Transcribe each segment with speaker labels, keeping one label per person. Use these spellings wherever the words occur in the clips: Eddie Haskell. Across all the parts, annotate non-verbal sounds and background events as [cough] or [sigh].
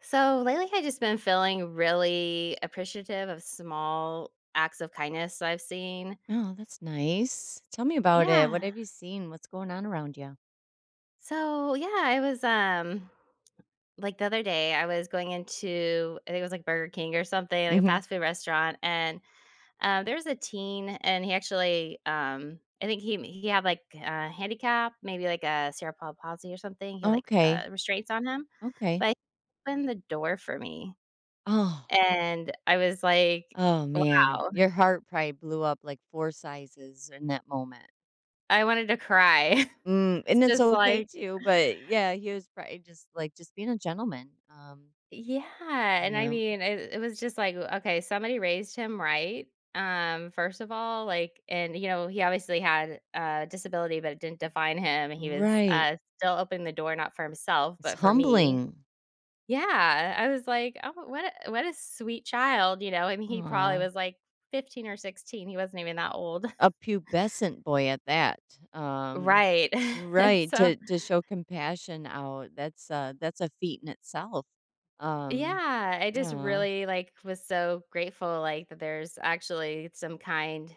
Speaker 1: So lately, I just been feeling really appreciative of small acts of kindness I've seen.
Speaker 2: Oh, that's nice. Tell me about it. What
Speaker 1: Yeah.
Speaker 2: have you seen? What's going on around you?
Speaker 1: So yeah, I was like the other day, I was going into I think it was like Burger King or something, like a
Speaker 2: Hmm.
Speaker 1: fast food restaurant, and there was a teen, and he actually I think he had like a handicap, maybe like a cerebral palsy or something. He had like
Speaker 2: Okay.
Speaker 1: restraints on him,
Speaker 2: Okay.
Speaker 1: but he opened the door for me,
Speaker 2: Oh,
Speaker 1: and I was like,
Speaker 2: oh man.
Speaker 1: wow.
Speaker 2: Your heart probably blew up like four sizes in that moment.
Speaker 1: I wanted to cry. [laughs]
Speaker 2: Mm,
Speaker 1: It's
Speaker 2: and it's
Speaker 1: just
Speaker 2: okay
Speaker 1: like
Speaker 2: too, but yeah, he was probably just like just being a gentleman.
Speaker 1: yeah, and I
Speaker 2: Yeah.
Speaker 1: mean, it it was just like, okay, somebody raised him right, first of all, like and, you know, he obviously had a disability, but it didn't define him. He was,
Speaker 2: Right.
Speaker 1: still opening the door not for himself,
Speaker 2: It's
Speaker 1: but for me.
Speaker 2: humbling.
Speaker 1: Yeah, I was like, "Oh, what a sweet child," you know? I mean, he probably was like 15 or 16, he wasn't even that old. [laughs]
Speaker 2: A pubescent boy at that. Um,
Speaker 1: Right. [laughs]
Speaker 2: right,
Speaker 1: So
Speaker 2: to show compassion out, that's a feat in itself. Um,
Speaker 1: yeah, I just
Speaker 2: aw,
Speaker 1: really, like, was so grateful, like, that there's actually some kind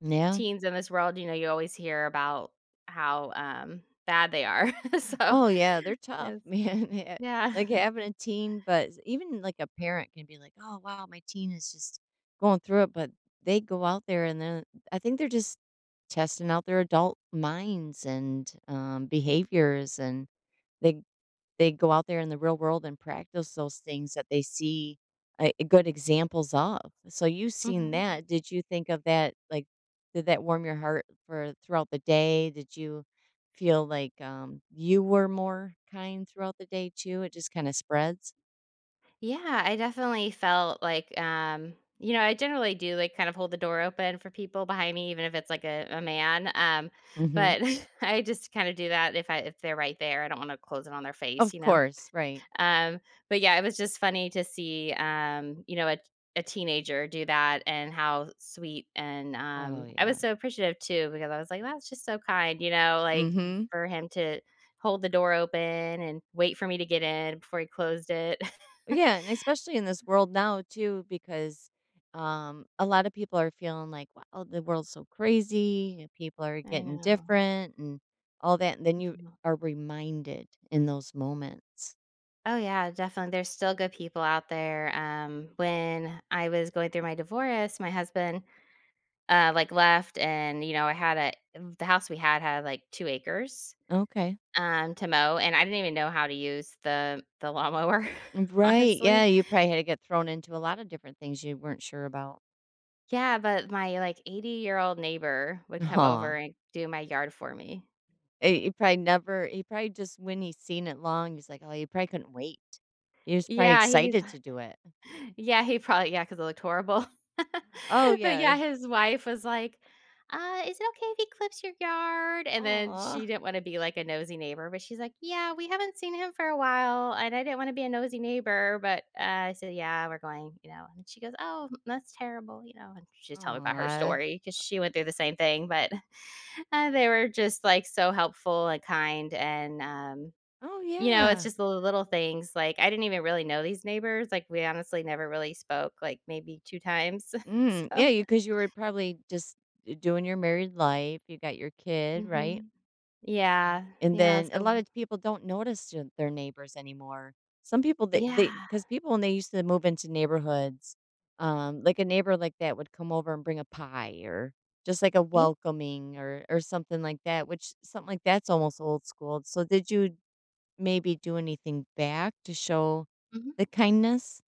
Speaker 2: yeah.
Speaker 1: teens in this world, you know, you always hear about how, bad they are, [laughs] so
Speaker 2: Oh, yeah, they're tough,
Speaker 1: yes,
Speaker 2: [laughs] man, yeah.
Speaker 1: yeah.
Speaker 2: Like, having a teen, but even, like, a parent can be like, "Oh, wow, my teen is just going through it," but they go out there and then I think they're just testing out their adult minds and, behaviors, and they they go out there in the real world and practice those things that they see, good examples of. So you've seen
Speaker 1: Mhm.
Speaker 2: that. Did you think of that, like, did that warm your heart for throughout the day? Did you feel like, you were more kind throughout the day too? It just kinda spreads?
Speaker 1: Yeah, I definitely felt like, you know, I generally do, like, kind of hold the door open for people behind me, even if it's, like, a man,
Speaker 2: Mhm.
Speaker 1: but [laughs] I just kinda do that if I if they're right there, I don't wanna close it on their face,
Speaker 2: Of
Speaker 1: you know?
Speaker 2: course, right.
Speaker 1: Um, but yeah, it was just funny to see, you know, a teenager do that and how sweet and,
Speaker 2: Oh,
Speaker 1: I
Speaker 2: yeah.
Speaker 1: was so appreciative too because I was like, "That's just so kind," you know, like,
Speaker 2: Mhm.
Speaker 1: for him to hold the door open and wait for me to get in before he closed it. [laughs]
Speaker 2: Yeah, and especially in this world now too, because a lot of people are feeling like, wow, the world's so crazy. And people are
Speaker 1: I
Speaker 2: getting
Speaker 1: know.
Speaker 2: different and all that. And then you
Speaker 1: Mm-hmm.
Speaker 2: are reminded in those moments.
Speaker 1: Oh yeah, definitely. There's still good people out there. When I was going through my divorce, my husband like left and you know, I had a the house we had had like 2 acres
Speaker 2: Okay.
Speaker 1: to mow and I didn't even know how to use the lawnmower, [laughs]
Speaker 2: Right.
Speaker 1: honestly.
Speaker 2: Yeah. You probably had to get thrown into a lot of different things you weren't sure about.
Speaker 1: Yeah, but my like 80-year-old year old neighbor would come
Speaker 2: Aw.
Speaker 1: over and do my yard for me.
Speaker 2: He probably never, he probably just, when he's seen it long, he's like, oh, he probably couldn't wait. He was probably
Speaker 1: Yeah, he's
Speaker 2: excited to do it.
Speaker 1: yeah, he probably yeah, because it looked horrible. [laughs]
Speaker 2: Oh,
Speaker 1: But
Speaker 2: yeah.
Speaker 1: yeah, his wife was like, is it okay if he clips your yard?" And then
Speaker 2: Aw.
Speaker 1: she didn't wanna be like a nosy neighbor, but she's like, "Yeah, we haven't seen him for a while, and I didn't wanna be a nosy neighbor, but, I "Yeah, 'Yeah, we're going,' you know?" And she goes, "Oh, that's terrible," you know, and she's telling me about her
Speaker 2: Aw.
Speaker 1: story because she went through the same thing, but, [laughs] they were just, like, so helpful and kind and,
Speaker 2: Oh
Speaker 1: you know, it's
Speaker 2: yeah.
Speaker 1: just the little things, like, I didn't even really know these neighbors, like, we honestly never really spoke, like, maybe 2 times, [laughs]
Speaker 2: Mm, yeah,
Speaker 1: so
Speaker 2: you because you were probably just doing your married life, you got your kid, right?
Speaker 1: mhm. Yeah,
Speaker 2: And
Speaker 1: yeah,
Speaker 2: then a
Speaker 1: so
Speaker 2: lot of people don't notice your their neighbors anymore. Some people,
Speaker 1: yeah,
Speaker 2: because people, when they used to move into neighborhoods, like, a neighbor like that would come over and bring a pie or just, like, a
Speaker 1: yeah,
Speaker 2: welcoming or something like that, which something like that's almost old school. So, did you maybe do anything back to show
Speaker 1: mhm.
Speaker 2: the kindness?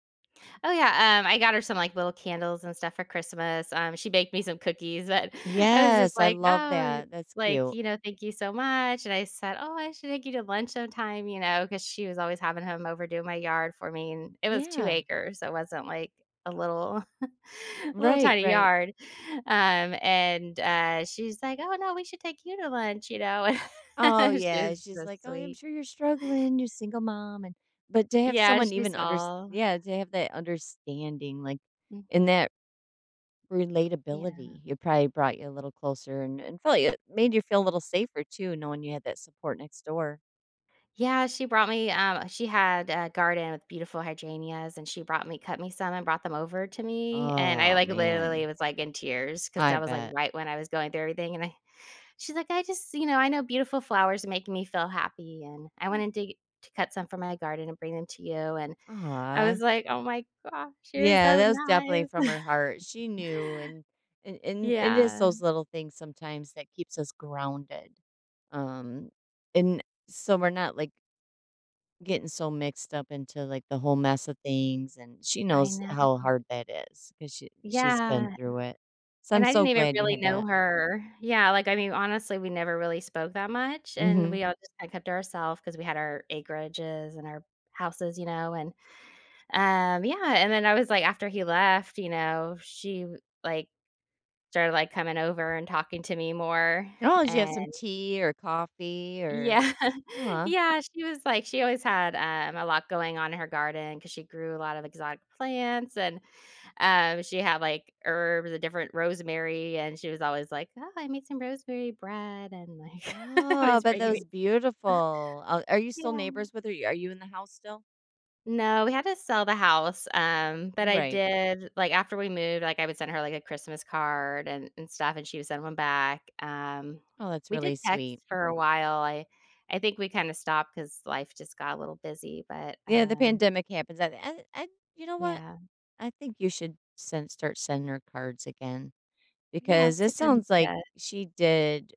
Speaker 1: Oh yeah, I got her some, like, little candles and stuff for Christmas, she baked me some cookies, but [laughs] I was just
Speaker 2: Yes, I
Speaker 1: like,
Speaker 2: love
Speaker 1: "Oh,"
Speaker 2: that. That's
Speaker 1: like,
Speaker 2: cute.
Speaker 1: you know, "Thank you so much," and I said, "Oh, I should take you to lunch sometime," you know," because she was always having him over doing my yard for me, and it was 2
Speaker 2: Yeah.
Speaker 1: acres, so it wasn't like a little [laughs] a little
Speaker 2: Right,
Speaker 1: tiny
Speaker 2: right.
Speaker 1: yard, and, she's like, "Oh, no, we should take you to lunch," you know. [laughs]
Speaker 2: Oh,
Speaker 1: And she
Speaker 2: yeah,
Speaker 1: was
Speaker 2: she's
Speaker 1: so
Speaker 2: like, "Oh, I'm
Speaker 1: sweet.
Speaker 2: sure you're struggling, you're a single mom," and but to have
Speaker 1: Yeah,
Speaker 2: someone
Speaker 1: she
Speaker 2: even under,
Speaker 1: saw.
Speaker 2: yeah, to have that understanding, like,
Speaker 1: Mm,
Speaker 2: and that
Speaker 1: yeah.
Speaker 2: relatability, it probably brought you a little closer and felt it made you feel a little safer too, knowing you had that support next door.
Speaker 1: Yeah, she brought me, she had a garden with beautiful hydrangeas, and she brought me cut me some and brought them over to me, and I,
Speaker 2: Oh,
Speaker 1: like, literally
Speaker 2: man.
Speaker 1: was, like, in tears because
Speaker 2: I
Speaker 1: that was, like,
Speaker 2: bet.
Speaker 1: right when I was going through everything, and I she's like, "I just you know, I know beautiful flowers make me feel happy, and I
Speaker 2: Mm.
Speaker 1: wanted to cut some from my garden and bring them to you," and I
Speaker 2: Aw.
Speaker 1: was like, "Oh my gosh, you're
Speaker 2: Yeah,
Speaker 1: so
Speaker 2: that was definitely from
Speaker 1: nice."
Speaker 2: her heart. She knew
Speaker 1: [laughs]
Speaker 2: and it is
Speaker 1: Yeah,
Speaker 2: those little things sometimes that keeps us grounded. Um and so we're not like getting so mixed up into like the whole mess of things and she
Speaker 1: I
Speaker 2: knows
Speaker 1: know.
Speaker 2: how hard that is cuz she's been
Speaker 1: Yeah.
Speaker 2: through it. So I'm
Speaker 1: And I
Speaker 2: so
Speaker 1: didn't even
Speaker 2: glad you
Speaker 1: really
Speaker 2: had
Speaker 1: know
Speaker 2: that.
Speaker 1: her. Yeah, like, I mean, honestly, we never really spoke that much, and
Speaker 2: Mhm.
Speaker 1: we all just kinda kept to ourselves because we had our acreages and our houses, you know, and, yeah, and then I was like after he left, you know, she, like, started, like, coming over and talking to me more,
Speaker 2: Oh, did you have
Speaker 1: and
Speaker 2: some tea or coffee or
Speaker 1: yeah. [laughs]
Speaker 2: uh
Speaker 1: Yeah, she was like she always had, a lot going on in her garden because she grew a lot of exotic plants and, she had, like, herbs, a different rosemary, and she was always like, "Oh, I made some rosemary bread," and, like, [laughs]
Speaker 2: Oh,
Speaker 1: always
Speaker 2: but that
Speaker 1: bringing me
Speaker 2: was beautiful. Are you still
Speaker 1: yeah.
Speaker 2: neighbors with her? Are you in the house still?
Speaker 1: No, we had to sell the house, but I
Speaker 2: Right.
Speaker 1: did like, after we moved, like, I would send her, like, a Christmas card and stuff, and she would send one back,
Speaker 2: Oh, that's
Speaker 1: we did
Speaker 2: really
Speaker 1: text
Speaker 2: sweet.
Speaker 1: for a while, I think we kinda stopped because life just got a little busy, but,
Speaker 2: Yeah, the pandemic happens. I you know what?
Speaker 1: yeah.
Speaker 2: I think you should send start sending her cards again
Speaker 1: Yeah,
Speaker 2: because
Speaker 1: that's
Speaker 2: it
Speaker 1: a good
Speaker 2: sounds like
Speaker 1: idea.
Speaker 2: she did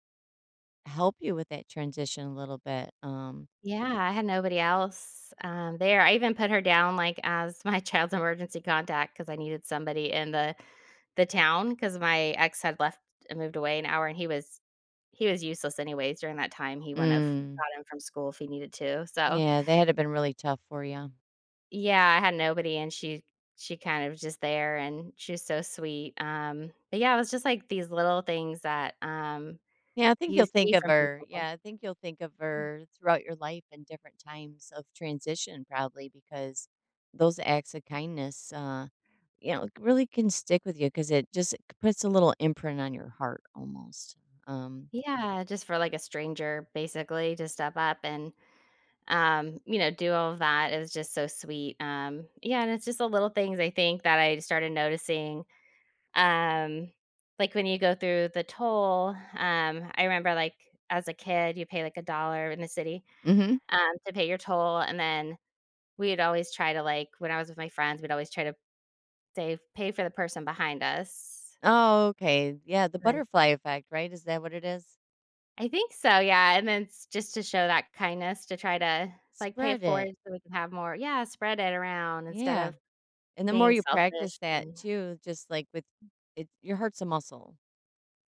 Speaker 2: help you with that transition a little bit.
Speaker 1: Yeah, I had nobody else, there. I even put her down, like, as my [laughs] child's emergency contact because I needed somebody in the town because my ex had left and moved away an hour, and he was useless anyways during that time. He wouldn't have
Speaker 2: Mm,
Speaker 1: gotten from school if he needed to. So,
Speaker 2: yeah, that had to been really tough for you.
Speaker 1: yeah, I had nobody, and she kind of was just there, and she was so sweet. But yeah, it was just, like, these little things that,
Speaker 2: Yeah, I think
Speaker 1: you
Speaker 2: you'll think
Speaker 1: see
Speaker 2: of
Speaker 1: from
Speaker 2: her.
Speaker 1: people.
Speaker 2: Yeah, I think you'll think of her throughout your life in different times of transition, probably because those acts of kindness. You know, really can stick with you because it just puts a little imprint on your heart almost. Um
Speaker 1: Yeah, just for, like, a stranger basically to step up and you know, do all of that. It was just so sweet. Yeah, and it's just the little things I think that I started noticing. Um, like when you go through the toll, I remember like as a kid, you pay like a dollar in the city
Speaker 2: mhm.
Speaker 1: to pay your toll, and then we'd always try to like when I was with my friends, we'd always try to say pay for the person behind us.
Speaker 2: Oh, okay. Yeah, the
Speaker 1: And then
Speaker 2: butterfly effect, right? Is that what it is?
Speaker 1: I think so, yeah, and then it's just to show that kindness to try to like pay
Speaker 2: Spread
Speaker 1: it forward
Speaker 2: it.
Speaker 1: so we can have more, yeah, spread it around instead
Speaker 2: Yeah.
Speaker 1: of
Speaker 2: And the more
Speaker 1: being
Speaker 2: you practice
Speaker 1: selfish
Speaker 2: that
Speaker 1: and
Speaker 2: too, just like with it, your heart's a muscle.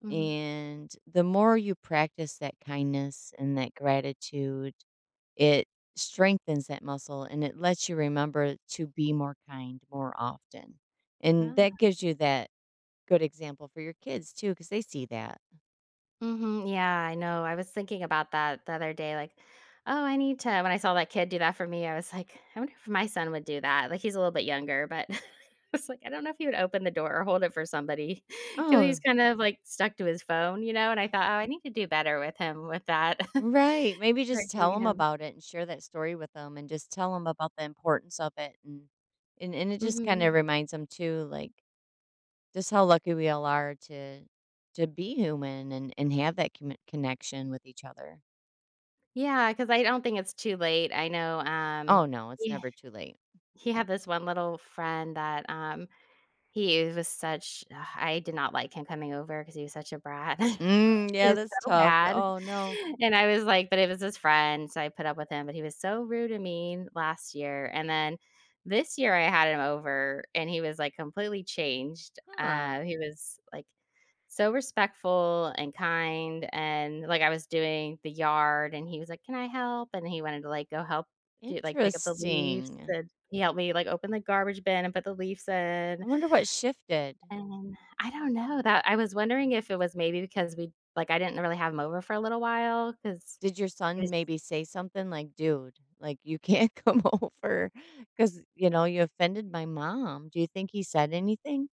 Speaker 1: mhm.
Speaker 2: And the more you practice that kindness and that gratitude, it strengthens that muscle and it lets you remember to be more kind more often. And that
Speaker 1: Ah.
Speaker 2: gives you that good example for your kids too, because they see that.
Speaker 1: Mhm, yeah, I know, I was thinking about that the other day, like, "Oh, I need to" when I saw that kid do that for me, I was like, "I wonder if my son would do that." Like, he's a little bit younger, but [laughs] I was like, "I don't know if he would open the door or hold it for somebody [laughs] because he's
Speaker 2: Oh,
Speaker 1: kind of, like, stuck to his phone, you know, and I thought, "Oh, I need to do better with him with that." [laughs]
Speaker 2: right. Maybe
Speaker 1: Right,
Speaker 2: just tell
Speaker 1: giving
Speaker 2: them
Speaker 1: him
Speaker 2: about it and share that story with them and just tell them about the importance of it and it just kind of
Speaker 1: mhm.
Speaker 2: reminds them too like just how lucky we all are to be human and have that commu- connection with each other.
Speaker 1: Yeah, 'cause I don't think it's too late. I know,
Speaker 2: Oh no, it's
Speaker 1: he
Speaker 2: never too late.
Speaker 1: he had this one little friend that, he was such ugh, I did not like him coming over because he was such a brat. [laughs]
Speaker 2: Mm,
Speaker 1: He
Speaker 2: yeah,
Speaker 1: was
Speaker 2: that's
Speaker 1: so
Speaker 2: tough.
Speaker 1: bad,
Speaker 2: Oh no.
Speaker 1: and I was like but it was his friend, so I put up with him, but he was so rude and mean last year, and then this year I had him over, and he was, like, completely changed.
Speaker 2: Huh.
Speaker 1: He was, like, so respectful and kind, and, like, I was doing the yard, and he was like, "Can I help?" And he wanted to, like, go help do like, pick up the leaves,
Speaker 2: Interesting.
Speaker 1: and he helped me, like, open the garbage bin and put the leaves in,
Speaker 2: I wonder what shifted.
Speaker 1: and I don't know that I was wondering if it was maybe because we like, I didn't really have him over for a little while because
Speaker 2: Did your
Speaker 1: he
Speaker 2: son
Speaker 1: was
Speaker 2: maybe say something like, "Dude, like, you can't [laughs] come over because you know, you offended my mom." Do you think he said anything?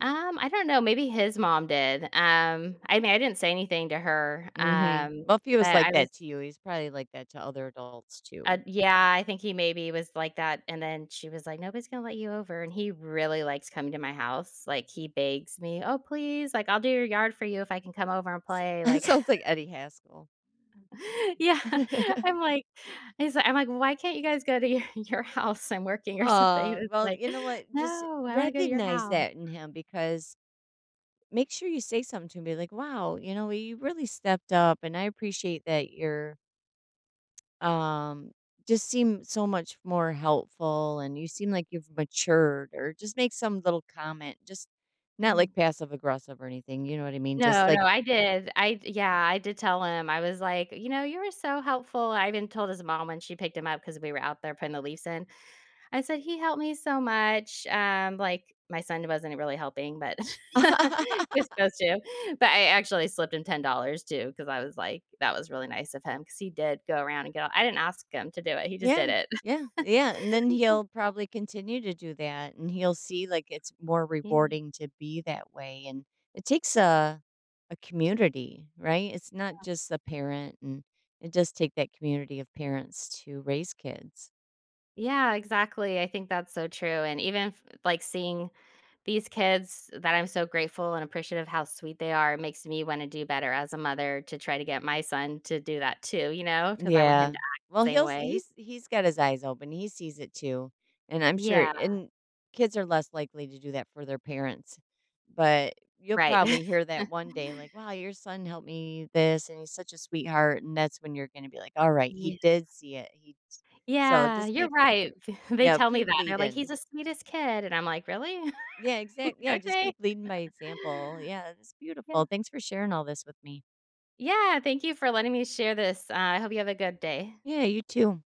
Speaker 1: I don't know, maybe his mom did. I mean, I didn't say anything to her,
Speaker 2: Mhm. Well, if he
Speaker 1: but
Speaker 2: was like
Speaker 1: I was
Speaker 2: that to you, he's probably like that to other adults too.
Speaker 1: yeah, I think he maybe was like that, and then she was like, "Nobody's gonna let you over," and he really likes coming to my house, like, he begs me, "Oh, please, like, I'll do your yard for you if I can come over and
Speaker 2: S [laughs]
Speaker 1: play,"
Speaker 2: That
Speaker 1: like
Speaker 2: sounds like Eddie Haskell.
Speaker 1: yeah, [laughs] I'm
Speaker 2: [laughs]
Speaker 1: like he's like I'm like, "Why can't you guys go to your [laughs] your house? I'm working or something."
Speaker 2: Oh
Speaker 1: It's
Speaker 2: well,
Speaker 1: like,
Speaker 2: you know what? Just
Speaker 1: "No, I wanna go to your
Speaker 2: recognize
Speaker 1: house."
Speaker 2: that in him because make sure you say something to him, be like, "Wow, you know, you really stepped up, and I appreciate that you're" um, just seem so much more helpful and you seem like you've matured or just make some little comment just not like
Speaker 1: Mhm.
Speaker 2: passive aggressive or anything you know what I mean just
Speaker 1: No, no,
Speaker 2: like
Speaker 1: I did. I yeah, I did tell him. I was like, "You know, you were so helpful." I even told his mom when she picked him up because we were out there putting the leaves in. I said, "He helped me so much." Like, my son wasn't really helping, but [laughs] he was
Speaker 2: [laughs]
Speaker 1: supposed to. But I actually slipped him $10 too because I was like, that was really nice of him because he did go around and get all, I didn't ask him to do it, he just
Speaker 2: yeah
Speaker 1: did it.
Speaker 2: yeah
Speaker 1: [laughs]
Speaker 2: yeah and then he'll probably continue to do that and he'll see like it's more
Speaker 1: Yeah.
Speaker 2: rewarding to be that way and it takes a community, right? It's not just the parent and it does take that community of parents to raise kids.
Speaker 1: Yeah, exactly, I think that's so true, and even f like, seeing these kids that I'm so grateful and appreciative how sweet they are, makes me wanna do better as a mother to try to get my son to do that too, you know, because I want him
Speaker 2: Yeah.
Speaker 1: to act
Speaker 2: Well,
Speaker 1: the same way.
Speaker 2: he's got his eyes open, he sees it too, and I'm sure
Speaker 1: Yeah,
Speaker 2: and kids are less likely to do that for their parents, but you'll
Speaker 1: right.
Speaker 2: probably
Speaker 1: [laughs]
Speaker 2: hear that one day, like, "Wow, your son helped me this, and he's such a sweetheart," and that's when you're gonna be like, "Alright, he
Speaker 1: Yeah.
Speaker 2: did see it, he" so
Speaker 1: Yeah,
Speaker 2: just
Speaker 1: you're
Speaker 2: keep
Speaker 1: right. [laughs] They
Speaker 2: yeah,
Speaker 1: tell me
Speaker 2: keep
Speaker 1: that. They're like, "He's
Speaker 2: leading.
Speaker 1: the sweetest kid," and I'm like, "Really?
Speaker 2: Yeah, exact
Speaker 1: [laughs]
Speaker 2: yeah, just
Speaker 1: Okay."
Speaker 2: keep leading by example, yeah, that's
Speaker 1: Yeah.
Speaker 2: beautiful, thanks for sharing all this with me.
Speaker 1: Yeah, thank you for letting me share this. I hope you have a good day.
Speaker 2: Yeah, you too.